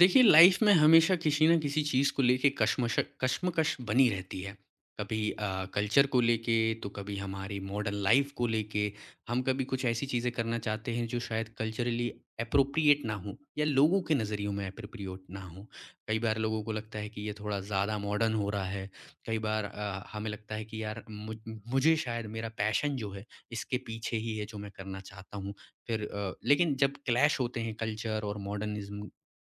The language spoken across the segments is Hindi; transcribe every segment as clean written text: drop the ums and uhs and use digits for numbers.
देखिए लाइफ में हमेशा किसी ना किसी चीज़ को लेके कश्मश कश्मकश बनी रहती है। कभी कल्चर को लेके तो कभी हमारी मॉडर्न लाइफ को लेके, हम कभी कुछ ऐसी चीज़ें करना चाहते हैं जो शायद कल्चरली एप्रोप्रिएट ना हो या लोगों के नज़रियों में एप्रोप्रिएट ना हो। कई बार लोगों को लगता है कि ये थोड़ा ज़्यादा मॉडर्न हो रहा है। कई बार हमें लगता है कि यार मुझे शायद मेरा पैशन जो है इसके पीछे ही है जो मैं करना चाहता हूँ। लेकिन जब क्लैश होते हैं कल्चर और मॉडर्निज़्म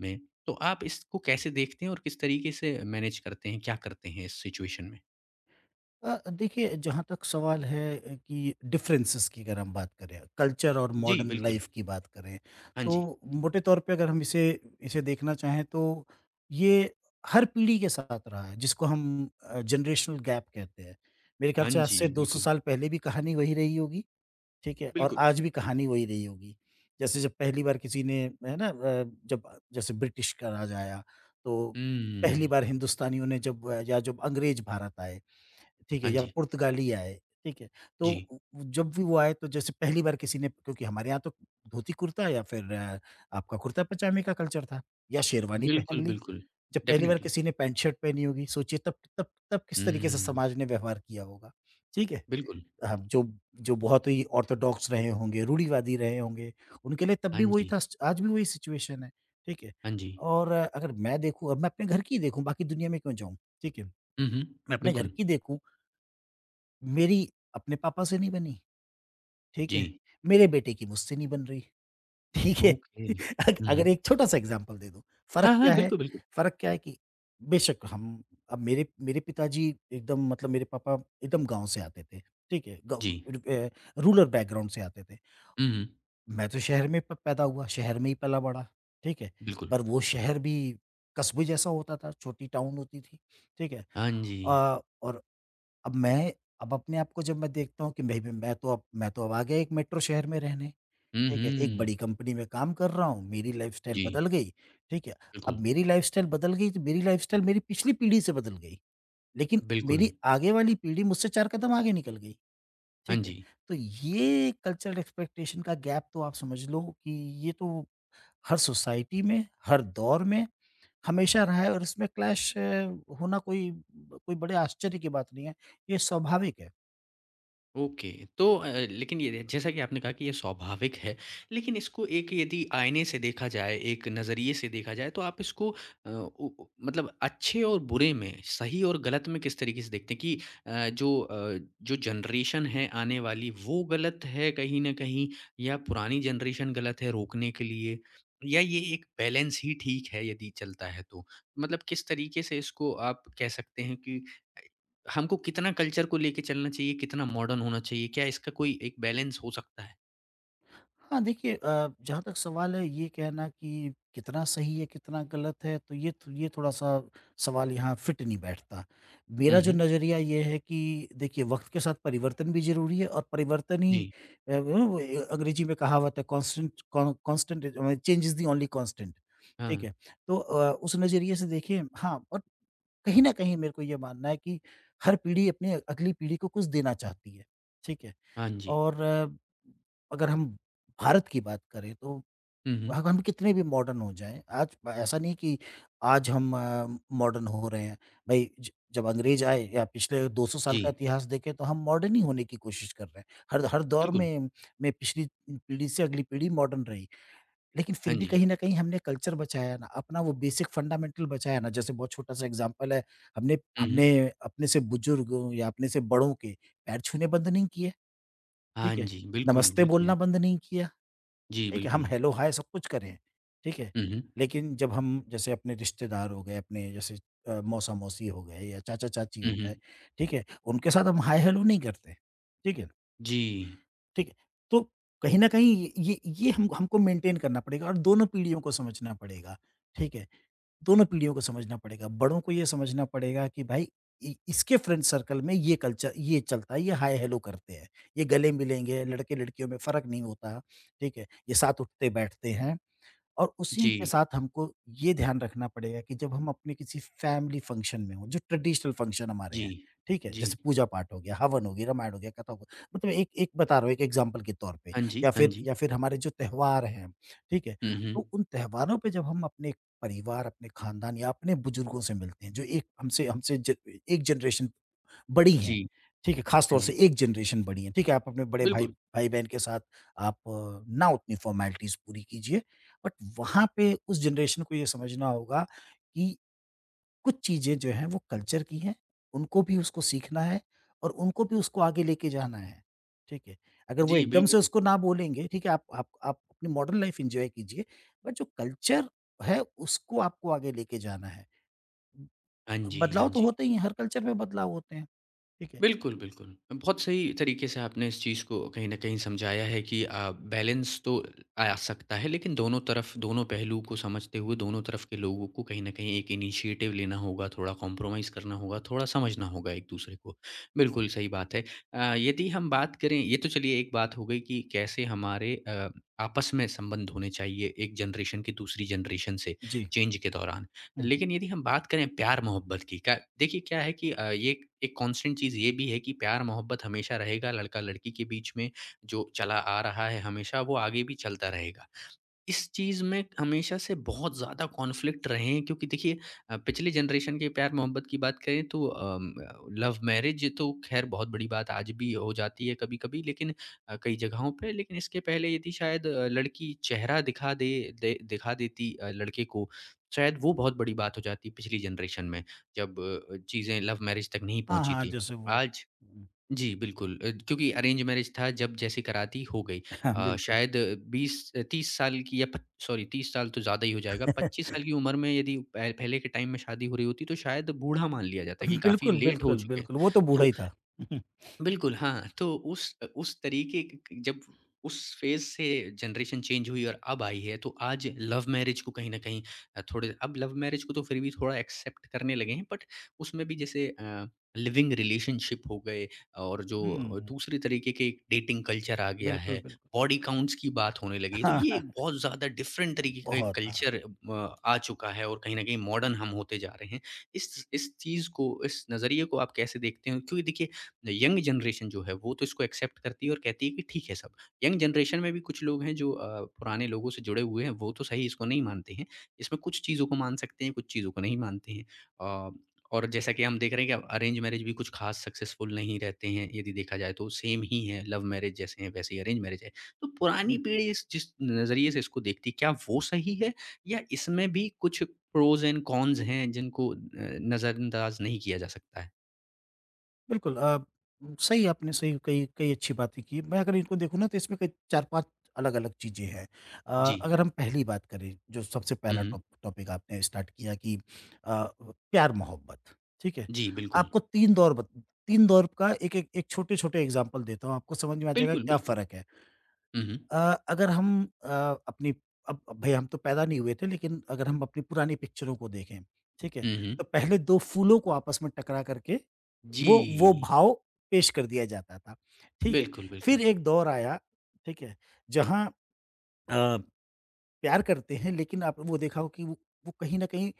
में तो आप इसको कैसे देखते हैं और किस तरीके से मैनेज करते हैं? क्या करते हैं इस सिचुएशन में? देखिए जहाँ तक सवाल है कि डिफरेंसेस की अगर हम बात करें कल्चर और जी, मॉडर्न बिल्कुल। लाइफ की बात करें हाँ तो जी। मोटे तौर पे अगर हम इसे इसे देखना चाहें तो ये हर पीढ़ी के साथ रहा है जिसको हम जनरेशनल गैप कहते हैं। मेरे ख्याल हाँ से आज जी, से 200 बिल्कुल। साल पहले भी कहानी वही रही होगी, ठीक है? और बिल्कुल। आज भी कहानी वही रही होगी। जैसे जब पहली बार किसी ने, है ना, जब जैसे ब्रिटिश का राज आया तो पहली हुँ। बार हिंदुस्तानियों ने जब या जब अंग्रेज भारत आए, ठीक है, हाँ या जी। पुर्तगाली आए, ठीक है? तो जी। उ जब भी वो आए तो जैसे पहली बार किसी ने, क्योंकि हमारे यहाँ तो धोती-कुर्ता या फिर आपका कुर्ता-पजामे का कल्चर था या शेरवानी पहन बिल्कुल, ली। बिल्कुल। जब पहली बार डेफ़िनेटली। किसी ने पैंट शर्ट पहनी होगी, सोचिए तब तब तब किस तरीके से हुँ, समाज ने व्यवहार किया होगा, ठीक है? बिल्कुल। जो जो बहुत ही ऑर्थोडॉक्स रहे होंगे, रूढ़िवादी रहे होंगे, उनके लिए तब हाँ भी वही जी, था, आज भी वही सिचुएशन है, ठीक है? हाँ जी। और अगर मैं देखूँ, अब मैं अपने घर की ही देखूँ, बाकी दुनिया में क्यों जाऊँ, ठीक है? हुँ, हुँ। मैं अपने घर बिल्कुल। की देखूँ। मेरी अपने पापा से नहीं बनी, ठीक जी। है? मेरे बेटे की मुझसे नहीं बन रही, ठीक है? ओके। अग हुँ, हुँ। अगर एक छोटा-सा एग्ज़ाम्पल दे दूँ, फ़र्क हाँ, हाँ, क्या है? बिल्कुल, बिल्कुल। फ़र्क क्या है कि बेशक हम, अब मेरे मेरे पिताजी, एकदम मतलब मेरे पापा एकदम गाँव से आते थे, ठीक है? जी। रूरल बैकग्राउंड से आते थे। हुँ, हुँ। मैं तो शहर में प पैदा हुआ, शहर में ही पला-बड़ा, ठीक है? बिल्कुल। पर वो शहर भी कस्बे जैसा होता था, छोटी टाउन होती थी, ठीक है? हाँ जी। अ, और अब मैं अब अपने आप को जब मैं देखता हूँ कि मैं भी, मैं तो अब आ गया एक मेट्रो शहर में रहने, हुँ, ठीक है? एक बड़ी हुँ। कंपनी में काम कर रहा हूँ, मेरी लाइफ़स्टाइल जी, बदल गई, ठीक है? अब बिल्कुल। मेरी लाइफ़स्टाइल बदल गई तो मेरी लाइफ़स्टाइल मेरी पिछली पीढ़ी से बदल गई, लेकिन बिल्कुल। मेरी आगे वाली पीढ़ी मुझसे 4 कदम आगे निकल गई, हाँ ठीक है? जी। तो ये कल्चरल एक्सपेक्टेशन का गैप तो आप समझ लो कि ये तो हर सोसाइटी में, हर दौर में हमेशा रहा है, और इसमें क्लैश होना कोई कोई बड़े आश्चर्य की बात नहीं है, ये स्वाभाविक है। ओके। तो लेकिन ये जैसा कि आपने कहा कि ये स्वाभाविक है लेकिन इसको एक यदि आईने से देखा जाए एक नज़रिए से देखा जाए तो आप इसको मतलब अच्छे और बुरे में सही और गलत में किस तरीके से देखते हैं कि जो जनरेशन है आने वाली वो गलत है कहीं ना कहीं या पुरानी जनरेशन गलत है रोकने के लिए या ये एक बैलेंस ही ठीक है यदि चलता है तो मतलब किस तरीके से इसको आप कह सकते हैं कि हमको कितना कल्चर को लेके चलना चाहिए, कितना मॉडर्न होना चाहिए? क्या इसका कोई एक बैलेंस हो सकता है? हाँ, देखिए जहाँ तक सवाल है ये कहना कि कितना सही है, कितना गलत है, तो ये थोड़ा-सा सवाल यहाँ फिट नहीं बैठता। हुँ, मेरा जो हुँ। नज़रिया ये है कि देखिए वक़्त के साथ परिवर्तन भी ज़रूरी है और परिवर्तन ही, जी। अंग्रेजी में कहावत है, constant, change is the only constant, ठीक हाँ। है। तो उस नज़रिए से देखिए, हाँ, और कहीं न कहीं मेरे को ये मानना है कि हर पीढ़ी अपनी अगली पीढ़ी को कुछ देना चाहती है, ठीक है। हाँ जी। और अगर हम भारत की बात करें तो, हुँ, हुँ। अगर हम कितने भी मॉडर्न हो जाएं, आज ऐसा नहीं कि आज हम मॉडर्न हो रहे हैं। भाई जब अंग्रेज आए या पिछले 200 साल जी, का इतिहास देखें, तो हम मॉडर्न ही होने की कोशिश कर रहे हैं हर हर दौर बिल्कुल। में। पिछली पीढ़ी से अगली पीढ़ी मॉडर्न रही, लेकिन फिर हाँ भी जी। कहीं ना कहीं हमने कल्चर बचाया ना, अपना वो बेसिक फंडामेंटल बचाया ना। जैसे बहुत छोटा सा एग्जांपल है, हमने हुँ, हुँ। हमने अपने से बुजुर्ग या अपने से बड़ों के पैर छूने बंद नहीं किए, हाँ ठीक है? जी, बिल्कुल, नमस्ते बोलना बिल्कुल। बंद नहीं किया, जी, ठीक है? हम बिल्कुल। हेलो, हाय सब कुछ करें, ठीक है? हुँ, हुँ। लेकिन जब हम जैसे अपने रिश्तेदार हो गए, अपने जैसे मौसा-मौसी हो गए या चाचा-चाची हुँ, हो गए, हुँ। ठीक है, उनके साथ हम हाय हेलो नहीं करते, ठीक है? जी। ठीक है, तो कहीं न कहीं ये, ये हम, हमको मेंटेन करना पड़ेगा और दोनों पीढ़ियों को समझना पड़ेगा, ठीक है? दोनों पीढ़ियों को समझना पड़ेगा। बड़ों को ये समझना पड़ेगा कि भाई इ इसके फ्रेंड सर्कल में ये कल्चर ये चलता है, ये हाय हेलो करते हैं। ये गले मिलेंगे, लड़के-लड़कियों में फ़र्क नहीं होता, ठीक है? ये साथ उठते-बैठते हैं। और उसी के जी, साथ हमको ये ध्यान रखना पड़ेगा कि जब हम अपने किसी फैमिली फंक्शन में हों, जो ट्रेडिशनल फंक्शन हमारे जी, हैं, ठीक है? जी। जैसे पूजा-पाठ हो गया, हवन हो गया, रामायण हो गया, कथा हो गया। मतलब एक एक बता रहा हूँ, एक एग्ज़ाम्पल के तौर पे, हाँ जी, हाँ जी। या फिर हमारे जो त्योहार हैं, ठीक है? हुँ, हुँ। तो उन त्योहारों पे जब हम अपने परिवार, अपने खानदान या अपने बुजुर्गों से मिलते हैं, जो एक हमसे हमसे ज एक जनरेशन बड़ी हैं, जी, ठीक है? ख़ास हाँ तौर से जी। एक जनरेशन बड़ी हैं, ठीक है? आप अपने बड़े बिल्कुल। भाई-बहन के साथ आप ना उतनी फ़ॉर्मेलिटीज़ पूरी कीजिए, बट वहाँ पे उस जनरेशन को ये समझना होगा कि कुछ चीज़ें जो हैं वो कल्चर की हैं, उनको भी उसको सीखना है और उनको भी उसको आगे लेके जाना है, ठीक है? अगर वो जी, एकदम से बिल्कुल। उसको ना बोलेंगे, ठीक है? आप आप अपनी मॉडर्न लाइफ़ एन्जॉय कीजिए, बट जो कल्चर है उसको आपको आगे लेके जाना है। ब- हाँ जी, हाँ बदलाव तो जी। होते ही हैं, हर कल्चर में बदलाव होते हैं, ठीक है? बिल्कुल, बिल्कुल। बहुत सही तरीके से आपने इस चीज़ को कहीं न कहीं समझाया है कि बैलेंस तो आ सकता है, लेकिन दोनों तरफ दोनों पहलू को समझते हुए दोनों तरफ के लोगों को कहीं न कहीं एक इनिशिएटिव लेना होगा, थोड़ा कॉम्प्रोमाइज़ करना होगा, थोड़ा समझना होगा एक-दूसरे को। बिल्कुल सही बात है। यदि हम बात करें ये तो चलिए एक बात हो गई कि कैसे हमारे आपस में संबंध होने चाहिए एक जनरेशन की दूसरी जनरेशन से जी, चेंज के दौरान। हुँ। लेकिन यदि हम बात करें प्यार-मोहब्बत की का देखिए क्या है कि अ, ये एक एक कांस्टेंट चीज़ ये भी है कि प्यार-मोहब्बत हमेशा रहेगा लड़का-लड़की के बीच में, जो चला आ रहा है हमेशा वो आगे भी चलता रहेगा। इस चीज़ में हमेशा से बहुत ज़्यादा कॉन्फ्लिक्ट रहे हैं क्योंकि देखिए पिछले जनरेशन के प्यार मोहब्बत की बात करें तो लव मैरिज तो खैर बहुत बड़ी बात आज भी हो जाती है कभी कभी लेकिन कई जगहों पे लेकिन इसके पहले यदि शायद लड़की चेहरा दिखा दे, दिखा देती लड़के को शायद वो बहुत बड़ी बात हो जाती पिछली जनरेशन में जब चीज़ें लव मैरिज तक नहीं हाँ, पहुंची हाँ, थी जैसे वो आज हुँ, जी, बिल्कुल। क्योंकि अरेंज मैरेज था जब जैसे कराती हो गई। हाँ, बिल्कुल। शायद 20 30 साल की या पच सॉरी 30 साल तो ज़्यादा ही हो जाएगा, 25 साल की उम्र में यदि पह पहले के टाइम में शादी हो रही होती तो शायद बूढ़ा मान लिया जाता कि काफ़ी बिल्कुल, लेट हो बिल्कुल, चुके हैं। बिल्कुल, वो तो बूढ़ा तो ही था। बिल्कुल, हाँ। तो उस तरीके क क जब उस फ़ेज़ से जनरेशन चेंज हुई और अब आई है, तो आज लव मैरिज को कहीं न कहीं अ, थोड़े अब लव मैरिज को तो फिर भी थोड़ा एक्सेप्ट करने लगे हैं, बट उसमें भी जैसे लिविंग रिलेशनशिप हो गए और जो हुँ, दूसरे तरीके के डेटिंग कल्चर आ गया बिल्कुल, है, बिल्कुल। बॉडी काउंट्स की बात होने लगी। तो हाँ, ये एक हाँ, बहुत ज़्यादा डिफ़रेंट तरीके का एक बहुत हाँ। कल्चर आ चुका है और कहीं न कहीं मॉडर्न हम होते जा रहे हैं। इस चीज़ को, इस नज़रिए को आप कैसे देखते हो? क्योंकि देखिए यंग जनरेशन जो है वो तो इसको एक्सेप्ट करती है और कहती है कि ठीक है सब यंग जनरेशन में भी कुछ लोग हैं जो पुराने लोगों से जुड़े हुए हैं वो तो सही इसको नहीं मानते हैं इसमें कुछ चीज़ों को मान सकते हैं कुछ चीज़ों को नहीं मानते हैं अ, और जैसा कि हम देख रहे हैं कि अरेंज मैरिज भी कुछ खास सक्सेसफुल नहीं रहते हैं यदि देखा जाए तो सेम ही है लव मैरिज जैसे हैं वैसे ही अरेंज मैरिज है तो हुँ, पुरानी पीढ़ी इस जिस नज़रिए से इसको देखती है, क्या वो सही है या इसमें भी कुछ प्रोज एंड कॉन्स हैं जिनको नज़रअंदाज नहीं किया जा सकता है बिल्कुल सही आपने सही कई कई अच्छी बातें की। मैं अगर इनको देखूँ ना तो इसमें कई 4-5 अलग-अलग चीज़ें हैं। जी अगर हम पहली बात करें, जो सबसे पहला टॉपिक आपने स्टार्ट किया, कि अ, प्यार-मोहब्बत, ठीक है? जी, बिल्कुल। आपको 3 दौर बत 3 दौर का, एक-एक एक छोटे-छोटे एग्ज़ाम्पल देता हूँ, आपको समझ में आ जाएगा बिल्कुल, क्या बिल्कुल। फ़र्क है। हुँ, हुँ। अ, अगर हम अपनी अब भई हम तो पैदा नहीं हुए थे, लेकिन अगर हम अपनी पुरानी पिक्चरों को देखें, ठीक है? हुँ, हुँ। तो पहले 2 फूलों को आपस में टकरा करके जी। वो भाव पेश कर दिया जाता था, ठीक है? बिल्कुल, फिर बिल्कुल। एक दौर आया, ठीक है? जहाँ अ प्यार करते हैं, लेकिन आपने वो देखा हो कि वो कहीं न कहीं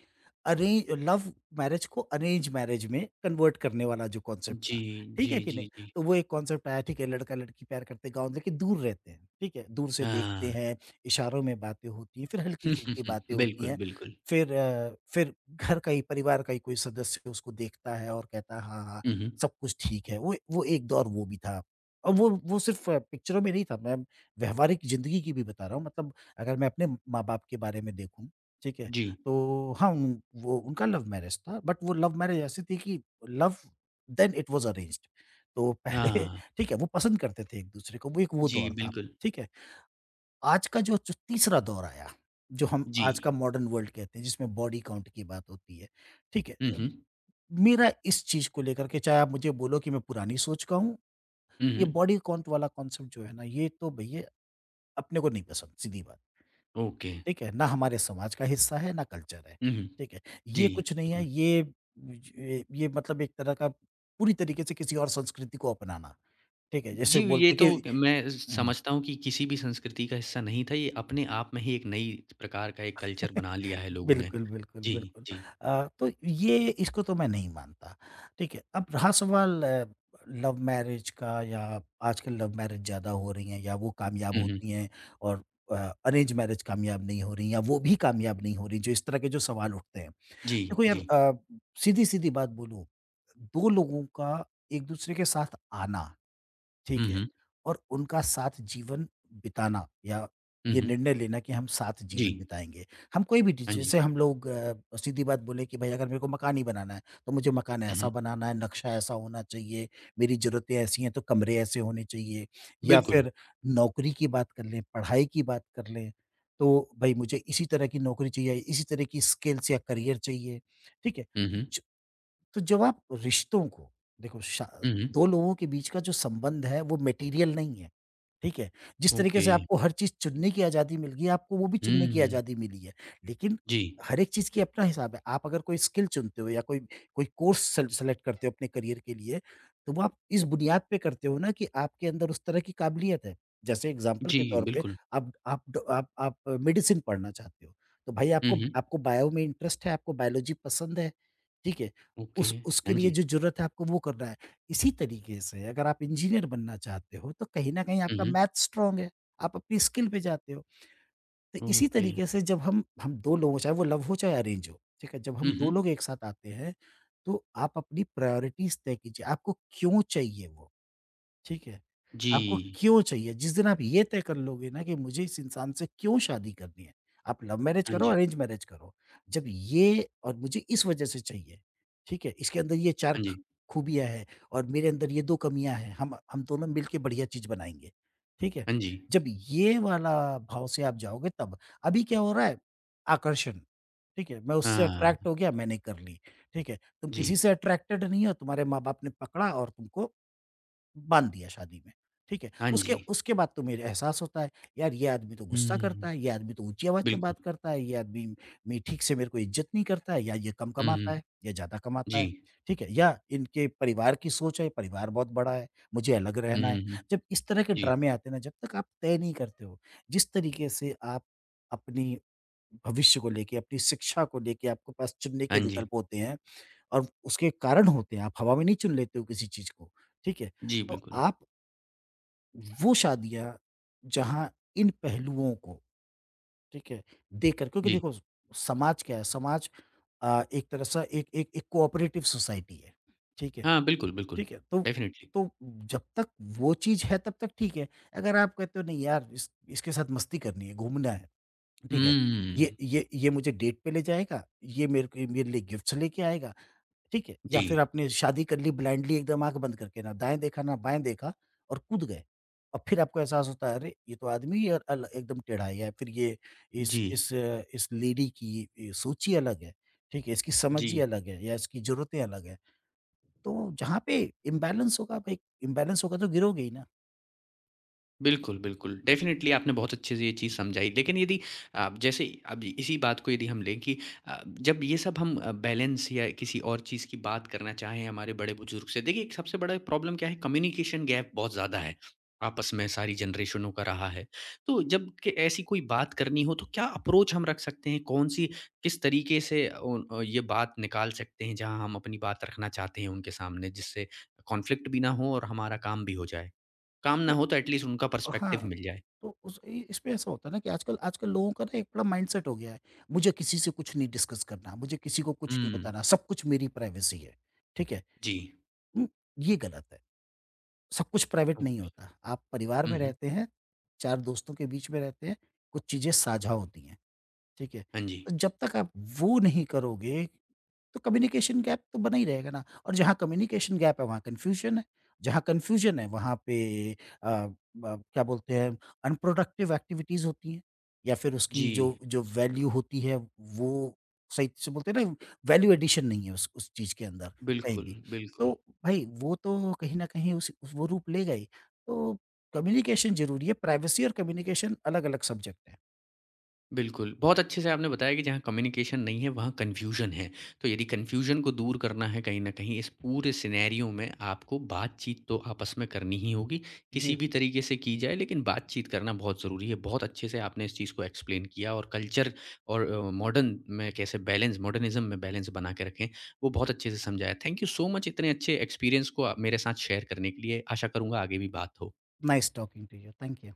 अरेंज लव मैरिज को, अरेंज मैरिज में कन्वर्ट करने वाला जो कॉन्सेप्ट जी, था, ठीक जी, है कि नहीं? जी, जी। तो वो एक कॉन्सेप्ट आया, ठीक है, लड़का-लड़की प्यार करते हैं, गाँव लेकिन दूर रहते हैं, ठीक है? दूर से देखते हाँ। हैं, इशारों में बातें होती हैं, फिर हल्की-फुल्की बातें होती बिल्कुल, हैं, बिल्कुल। फिर फिर घर का ही, परिवार का ही कोई सदस्य उसको देखता है और कहता है, "हाँ, हाँ, हुँ, हुँ। सब कुछ ठीक है।" वो एक दौर वो भी था, और वो सिर्फ़ पिक्चरों में नहीं था, मैं व्यावहारिक ज़िंदगी की भी बता रहा हूँ, मतलब अगर मैं अपने माँ-बाप के बारे में देखूँ, ठीक है? जी। तो हाँ, उन वो उनका लव मैरिज था, बट वो लव मैरिज ऐसी थी कि love then it was arranged. तो पहले हाँ। ठीक है, वो पसंद करते थे एक-दूसरे को, वो एक वो जी, दौर था, बिल्कुल। ठीक है? आज का जो जो तीसरा दौर आया, जो हम जी। आज का मॉडर्न वर्ल्ड कहते हैं, जिसमें बॉडी काउंट की बात होती है, ठीक है? हुँ, हुँ। मेरा इस चीज़ को लेकर के, चाहे आप मुझे बोलो कि मैं पुरानी सोच का हूँ, हुँ, ये हुँ। बॉडी काउंट वाला कॉन्सेप्ट जो है ना, ये तो भैया अपने को नहीं पसंद, सीधी बात। ओके। ठीक है? ना हमारे समाज का हिस्सा है, ना कल्चर है। हुँ, हुँ। ठीक है? जी, ये कुछ नहीं है, बिल्कुल। ये ज ये मतलब एक तरह का पूरी तरीके से किसी और संस्कृति को अपनाना। ठीक है? जैसे जी, ये बोलते हैं तो कि मैं हुँ। समझता हूँ कि किसी भी संस्कृति का हिस्सा नहीं था, ये अपने आप में ही एक नई प्रकार का एक कल्चर बना लिया है लोगों ने। बिल्कुल, बिल्कुल, जी, बिल्कुल। जी। तो ये, इसको तो मैं नहीं मानता। ठीक है? अब रहा सवाल लव मैरिज का, या आजकल लव मैरिज ज़्यादा हो रही हैं या वो कामयाब हुँ, हुँ। होती हैं, और अ, अरेंज मैरिज कामयाब नहीं हो रही या वो भी कामयाब नहीं हो रही, जो इस तरह के जो सवाल उठते हैं। जी, देखो यार जी। सीधी-सीधी बात बोलूँ, 2 लोगों का एक-दूसरे के साथ आना, हुँ, ठीक है। हुँ। और उनका साथ जीवन बिताना, या हुँ, ये हुँ। निर्णय लेना कि हम साथ जी। जीवन बिताएँगे। हम कोई भी डिज हाँ जी। जैसे हम लोग सीधी बात बोले कि भाई अगर मेरे को मकान ही बनाना है, तो मुझे मकान हुँ, ऐसा हुँ। बनाना है, नक्शा ऐसा होना चाहिए, मेरी ज़रूरतें ऐसी हैं तो कमरे ऐसे होने चाहिए, या बिल्कुल। फिर नौकरी की बात कर लें, पढ़ाई की बात कर लें, तो भई मुझे इसी तरह की नौकरी चाहिए, इसी तरह की स्किल्स या करियर चाहिए, ठीक है? हुँ, तो हुँ। च तो जब आप रिश्तों को देखो, शा हुँ, हुँ। 2 लोगों के बीच का जो संबंध है वो मटेरियल नहीं है, ठीक है? जिस तरीके ओके। से आपको हर चीज़ चुनने की आज़ादी मिल गई है, आपको वो भी चुनने की हुँ। आज़ादी मिली है। लेकिन जी। हर एक चीज़ की अपना हिसाब है। आप अगर कोई स्किल चुनते हो या कोई कोई कोर्स सेलेक्ट करते हो अपने करियर के लिए, तो वो आप इस बुनियाद पे करते हो ना कि आपके अंदर उस तरह की काबिलियत है। जैसे एग्ज़ाम्पल जी, के तौर पे बिल्कुल। आप ड आप मेडिसिन पढ़ना चाहते हो, तो भाई हुँ, आपको हुँ। आपको बायो में इंटरेस्ट है, आपको बायोलॉजी पसंद है, ठीक है? ओके। उस उसके हाँ लिए जी। जो ज़रूरत है आपको वो करना है। इसी तरीके से अगर आप इंजीनियर बनना चाहते हो तो कहीं न कहीं हुँ, आपका हुँ। मैथ स्ट्रॉन्ग है, आप अपनी स्किल पे जाते हो। तो इसी ओके। तरीके से जब हम 2 लोग हों, चाहे वो लव हो चाहे अरेंज हो, ठीक है? जब हुँ, हम 2 हुँ। लोग एक साथ आते हैं, तो आप अपनी प्रायोरिटीज़ तय कीजिए। आपको क्यों चाहिए वो? ठीक है? जी। आपको क्यों चाहिए? जिस दिन आप ये तय कर लोगे ना कि मुझे इस इंसान से क्यों शादी करनी है, आप लव मैरिज हाँ करो, जी। अरेंज मैरिज करो। जब ये और मुझे इस वजह से चाहिए, ठीक है? इसके अंदर ये 4 हाँ ख जी। खूबियाँ हैं और मेरे अंदर ये 2 कमियाँ हैं, हम दोनों मिल के बढ़िया चीज़ बनाएँगे। ठीक है? हाँ जी। जब ये वाला भाव से आप जाओगे तब। अभी क्या हो रहा है? आकर्षण, ठीक है? मैं उससे अट्रैक्ट हाँ। हो गया, मैंने कर ली। ठीक है? तुम जी। किसी से अट्रैक्टेड नहीं हो, तुम्हारे माँ-बाप ने पकड़ा और तुमको बाँध दिया शादी में, ठीक है? हाँ उसके जी। उसके बाद तो मेरे एहसास होता है, यार ये आदमी तो गुस्सा करता हुँ। है, ये आदमी तो ऊँची आवाज़ में बात बिल्कुल। करता है, ये आदमी में ठीक से मेरे को इज़्ज़त नहीं करता है, या ये कम हुँ, कमाता हुँ। है, या ज़्यादा कमाता जी। है, ठीक है? या इनके परिवार की सोच है, परिवार बहुत बड़ा है, मुझे अलग हुँ, रहना है। हुँ, हुँ। जब इस तरह के जी। ड्रामे आते हैं ना, जब तक आप तय नहीं करते हो, जिस तरीके से आप अपनी भविष्य को लेके, अपनी शिक्षा को लेके आपके पास चुनने के हाँ जी। विकल्प होते हैं और उसके कारण होते हैं, आप हवा में नहीं चुन लेते हो किसी चीज़ को, ठीक है? जी, तो बिल्कुल। आप वो शादियाँ जहाँ इन पहलुओं को, ठीक है, देकर क्योंकि जी। देखो स समाज क्या है, समाज एक तरह से एक एक एक कोऑपरेटिव सोसाइटी है, ठीक है? हाँ, बिल्कुल, बिल्कुल। ठीक है? तो उ डेफ़िनेटली। तो जब तक वो चीज़ है तब तक ठीक है, अगर आप कहते हो नहीं यार इस इसके साथ मस्ती करनी है, घूमना है, ठीक है? ये हुँ। ये ये मुझे डेट पे ले जाएगा, ये मेरे लिए गिफ्ट्स लेके आएगा, ठीक है? या जी। फिर आपने शादी कर ली ब्लाइंडली एकदम आँख बंद करके, ना दाएँ देखा, ना बाएँ देखा और कूद गए और फिर आपको एहसास होता है, अरे! ये तो आदमी ही अ, अल एकदम टेढ़ा है या फिर ये जी। इस लेडी की सोच ही अलग है, ठीक है? इसकी जी। समझ ही अलग है या इसकी ज़रूरतें अलग हैं। तो जहाँ पे इम्बैलेंस होगा भाई, इम्बैलेंस होगा तो गिरोगे ही ना। बिल्कुल, बिल्कुल। डेफ़िनेटली आपने बहुत अच्छे से ये चीज़ समझाई। लेकिन यदि जैसे अब इसी बात को यदि हम लें कि अ, जब ये सब हम बैलेंस या किसी और चीज़ की बात करना चाहें हमारे बड़े-बुजुर्ग से, देखिए एक सबसे बड़ा प्रॉब्लम क्या है कम्युनिकेशन गैप बहुत ज़्यादा है, आपस में सारी जनरेशनों का रहा है। तो जब कि ऐसी कोई बात करनी हो तो क्या अप्रोच हम रख सकते हैं? कौन-सी किस तरीके से ये बात निकाल सकते हैं जहाँ हम अपनी बात रखना चाहते हैं उनके सामने जिससे कॉन्फ्लिक्ट भी ना हो और हमारा काम भी हो जाए? काम ना तो हो तो एटलीस्ट उनका पर्सपेक्टिव हाँ, मिल जाए। तो उस इ इसमें ऐसा होता है ना कि आजकल आजकल लोगों का ना एक बड़ा माइंडसेट हो गया है, मुझे किसी से कुछ नहीं डिस्कस करना, मुझे किसी को कुछ नहीं हुँ। बताना, सब कुछ मेरी प्राइवेसी है, ठीक है? जी। उम, ये गलत है। सब कुछ प्राइवेट नहीं ओके। होता। आप परिवार हुँ, में हुँ। रहते हैं, 4 दोस्तों के बीच में रहते हैं, कुछ चीज़ें साझा होती हैं। ठीक है? हाँ जी। तो जब तक आप वो नहीं करोगे, तो कम्युनिकेशन गैप तो बना ही रहेगा ना। और जहाँ कम्युनिकेशन गैप है, वहाँ कन्फ्यूजन है। जहाँ कन्फ्यूजन है, वहाँ पे अ, ब क्या बोलते हैं, अनप्रोडक्टिव एक्टिविटीज़ होती हैं या फिर उसकी जो जी, जो वैल्यू होती है, वो सही से बोलते हैं ना, वैल्यू एडिशन नहीं है उस चीज़ के अंदर कहीं बिल्कुल, भी। तो बिल्कुल। भई वो तो कहीं न कहीं उस वो रूप लेगा ही। तो कम्युनिकेशन ज़रूरी है, प्राइवेसी और कम्युनिकेशन अलग-अलग सब्जेक्ट हैं। बिल्कुल, बहुत अच्छे से आपने बताया कि जहाँ कम्युनिकेशन नहीं है, वहाँ कन्फ्यूज़न है। तो यदि कन्फ्यूज़न को दूर करना है कहीं न कहीं इस पूरे सिनेरियो में आपको बातचीत तो आपस में करनी ही होगी, जी। किसी भी तरीके से की जाए लेकिन बातचीत करना बहुत ज़रूरी है। बहुत अच्छे से आपने इस चीज़ को एक्सप्लेन किया और कल्चर और मॉडर्न में कैसे बैलेंस मॉडर्निज़्म में बैलेंस बना के रखें, वो बहुत अच्छे से समझाया। थैंक यू सो मच इतने अच्छे एक्सपीरियंस को मेरे साथ शेयर करने के लिए। आशा करूँगा आगे भी बात हो। Nice talking to you. Thank you.